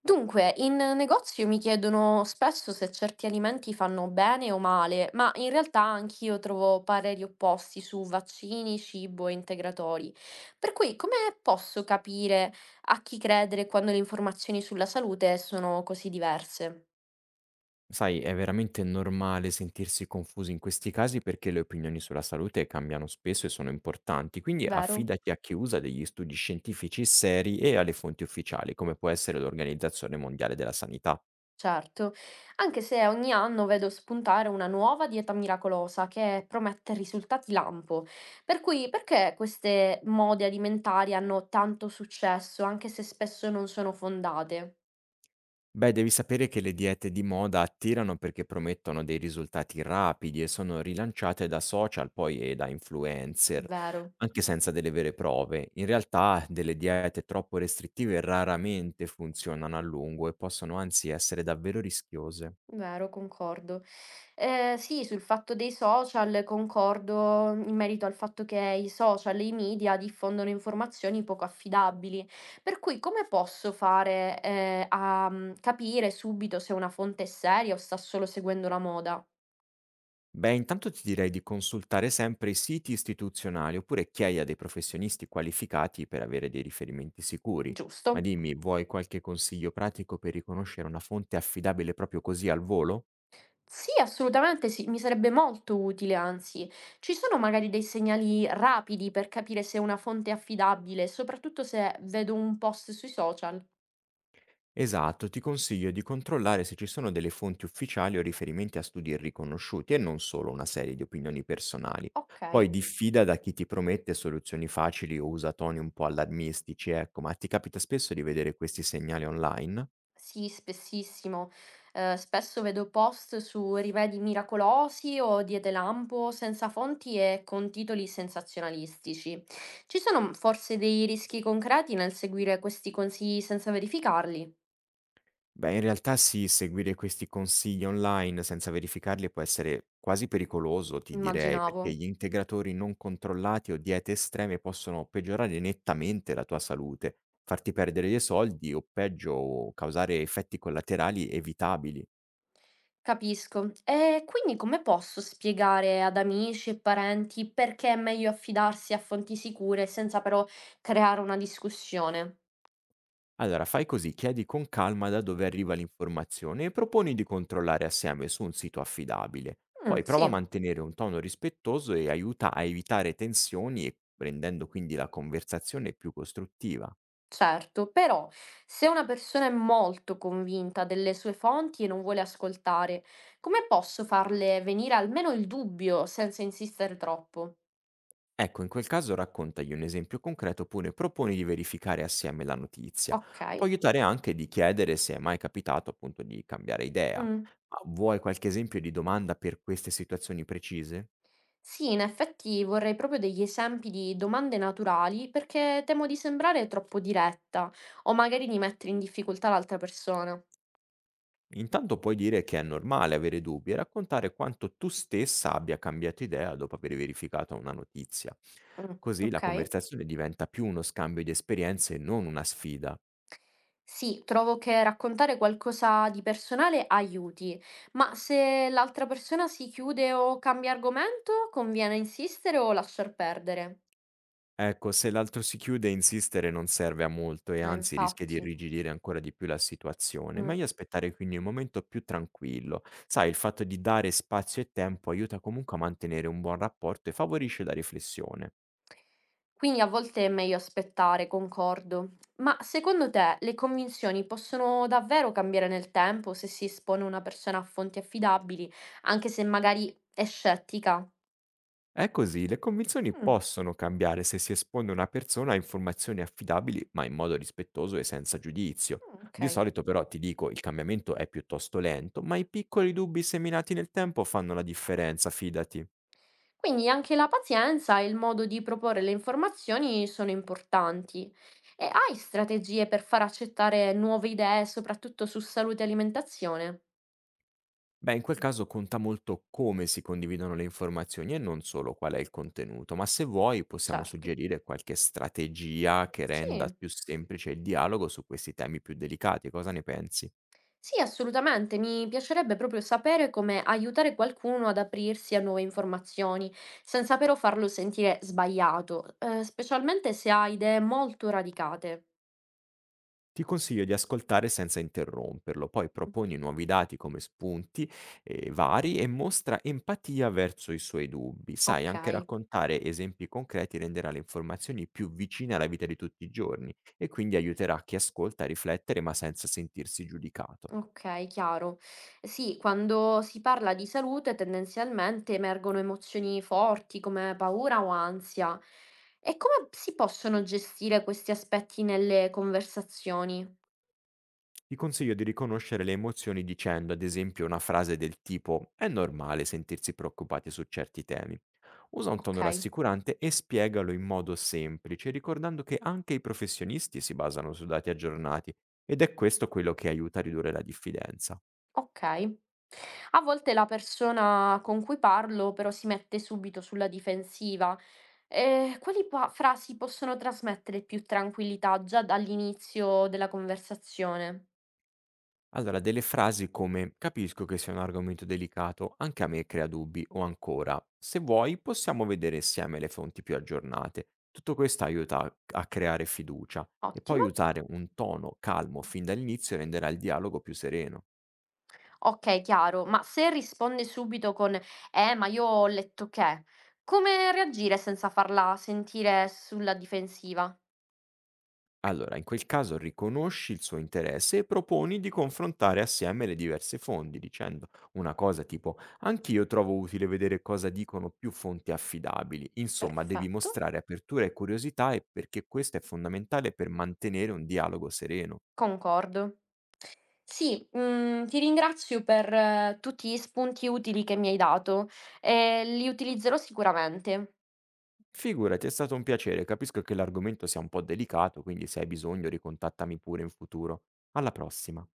Dunque, in negozio mi chiedono spesso se certi alimenti fanno bene o male, ma in realtà anch'io trovo pareri opposti su vaccini, cibo e integratori. Per cui, come posso capire a chi credere quando le informazioni sulla salute sono così diverse? Sai, è veramente normale sentirsi confusi in questi casi perché le opinioni sulla salute cambiano spesso e sono importanti, quindi Vero? affidati a chi usa degli studi scientifici seri e alle fonti ufficiali, come può essere l'Organizzazione Mondiale della Sanità. Certo, anche se ogni anno vedo spuntare una nuova dieta miracolosa che promette risultati lampo. Per cui, perché queste mode alimentari hanno tanto successo, anche se spesso non sono fondate? Beh, devi sapere che le diete di moda attirano perché promettono dei risultati rapidi e sono rilanciate da social poi e da influencer, Vero. anche senza delle vere prove. In realtà delle diete troppo restrittive raramente funzionano a lungo e possono anzi essere davvero rischiose. Vero, concordo. Sì, sul fatto dei social concordo in merito al fatto che i social e i media diffondono informazioni poco affidabili. Per cui come posso fare, a, capire subito se una fonte è seria o sta solo seguendo la moda, Beh, intanto ti direi di consultare sempre i siti istituzionali oppure chiedi a dei professionisti qualificati per avere dei riferimenti sicuri. Ma giusto? dimmi, vuoi qualche consiglio pratico per riconoscere una fonte affidabile proprio così al volo? Sì, assolutamente sì, mi sarebbe molto utile anzi. Ci sono magari dei segnali rapidi per capire se una fonte è affidabile, soprattutto se vedo un post sui social? Esatto, ti consiglio di controllare se ci sono delle fonti ufficiali o riferimenti a studi riconosciuti e non solo una serie di opinioni personali. Poi Okay. diffida da chi ti promette soluzioni facili o usa toni un po' allarmistici, ecco, ma ti capita spesso di vedere questi segnali online? Sì, spessissimo. Spesso vedo post su rimedi miracolosi o diete lampo senza fonti e con titoli sensazionalistici. Ci sono forse dei rischi concreti nel seguire questi consigli senza verificarli? Beh, in realtà sì, seguire questi consigli online senza verificarli può essere quasi pericoloso, ti direi, Immaginavo. perché gli integratori non controllati o diete estreme possono peggiorare nettamente la tua salute, farti perdere dei soldi o peggio causare effetti collaterali evitabili. Capisco. E quindi come posso spiegare ad amici e parenti perché è meglio affidarsi a fonti sicure senza però creare una discussione? Allora, fai così, chiedi con calma da dove arriva l'informazione e proponi di controllare assieme su un sito affidabile. Mm, Poi prova a sì. mantenere un tono rispettoso e aiuta a evitare tensioni e rendendo quindi la conversazione più costruttiva. Certo, però se una persona è molto convinta delle sue fonti e non vuole ascoltare, come posso farle venire almeno il dubbio senza insistere troppo? Ecco, in quel caso raccontagli un esempio concreto oppure proponi di verificare assieme la notizia. Ok. Può aiutare anche di chiedere se è mai capitato appunto di cambiare idea. Mm. Ma vuoi qualche esempio di domanda per queste situazioni precise? Sì, in effetti vorrei proprio degli esempi di domande naturali perché temo di sembrare troppo diretta o magari di mettere in difficoltà l'altra persona. Intanto puoi dire che è normale avere dubbi e raccontare quanto tu stessa abbia cambiato idea dopo aver verificato una notizia. Mm, Così la ok. conversazione diventa più uno scambio di esperienze e non una sfida. Sì, trovo che raccontare qualcosa di personale aiuti, ma se l'altra persona si chiude o cambia argomento, conviene insistere o lasciar perdere. Ecco, se l'altro si chiude, insistere non serve a molto e anzi rischia di Infatti. irrigidire ancora di più la situazione. Mm. Meglio aspettare quindi un momento più tranquillo. Sai, il fatto di dare spazio e tempo aiuta comunque a mantenere un buon rapporto e favorisce la riflessione. Quindi a volte è meglio aspettare, concordo. Ma secondo te le convinzioni possono davvero cambiare nel tempo se si espone una persona a fonti affidabili, anche se magari è scettica? È così, le convinzioni Mm, possono cambiare se si espone una persona a informazioni affidabili, ma in modo rispettoso e senza giudizio. Di ok. solito però ti dico, il cambiamento è piuttosto lento, ma i piccoli dubbi seminati nel tempo fanno la differenza, fidati. Quindi anche la pazienza e il modo di proporre le informazioni sono importanti. E hai strategie per far accettare nuove idee, soprattutto su salute e alimentazione? Beh, in quel caso conta molto come si condividono le informazioni e non solo qual è il contenuto, ma se vuoi possiamo Certo. suggerire qualche strategia che renda Sì, più semplice il dialogo su questi temi più delicati, cosa ne pensi? sì, assolutamente. Mi piacerebbe proprio sapere come aiutare qualcuno ad aprirsi a nuove informazioni, senza però farlo sentire sbagliato, specialmente se ha idee molto radicate. Ti consiglio di ascoltare senza interromperlo, poi proponi nuovi dati come spunti vari e mostra empatia verso i suoi dubbi. Sai, Ok. anche raccontare esempi concreti renderà le informazioni più vicine alla vita di tutti i giorni e quindi aiuterà chi ascolta a riflettere ma senza sentirsi giudicato. Okay, chiaro. Sì, quando si parla di salute tendenzialmente emergono emozioni forti come paura o ansia. E come si possono gestire questi aspetti nelle conversazioni? Ti consiglio di riconoscere le emozioni dicendo, ad esempio, una frase del tipo è normale sentirsi preoccupati su certi temi. Usa un tono Okay, rassicurante e spiegalo in modo semplice, ricordando che anche i professionisti si basano su dati aggiornati ed è questo quello che aiuta a ridurre la diffidenza. okay. A volte la persona con cui parlo però si mette subito sulla difensiva. Quali pa frasi possono trasmettere più tranquillità già dall'inizio della conversazione? Allora, delle frasi come capisco che sia un argomento delicato, anche a me crea dubbi, o ancora, se vuoi possiamo vedere insieme le fonti più aggiornate. Tutto questo aiuta a creare fiducia e poi Ottimo. usare un tono calmo fin dall'inizio renderà il dialogo più sereno. Okay, chiaro. Ma se risponde subito con: ma io ho letto che", come reagire senza farla sentire sulla difensiva? Allora, in quel caso riconosci il suo interesse e proponi di confrontare assieme le diverse fonti, dicendo una cosa tipo: Anch'io trovo utile vedere cosa dicono più fonti affidabili. Insomma, devi Perfetto, mostrare apertura e curiosità e perché questo è fondamentale per mantenere un dialogo sereno. concordo. Sì, mhmm, ti ringrazio per tutti gli spunti utili che mi hai dato e li utilizzerò sicuramente. Figurati, è stato un piacere. Capisco che l'argomento sia un po' delicato, quindi se hai bisogno ricontattami pure in futuro. Alla prossima.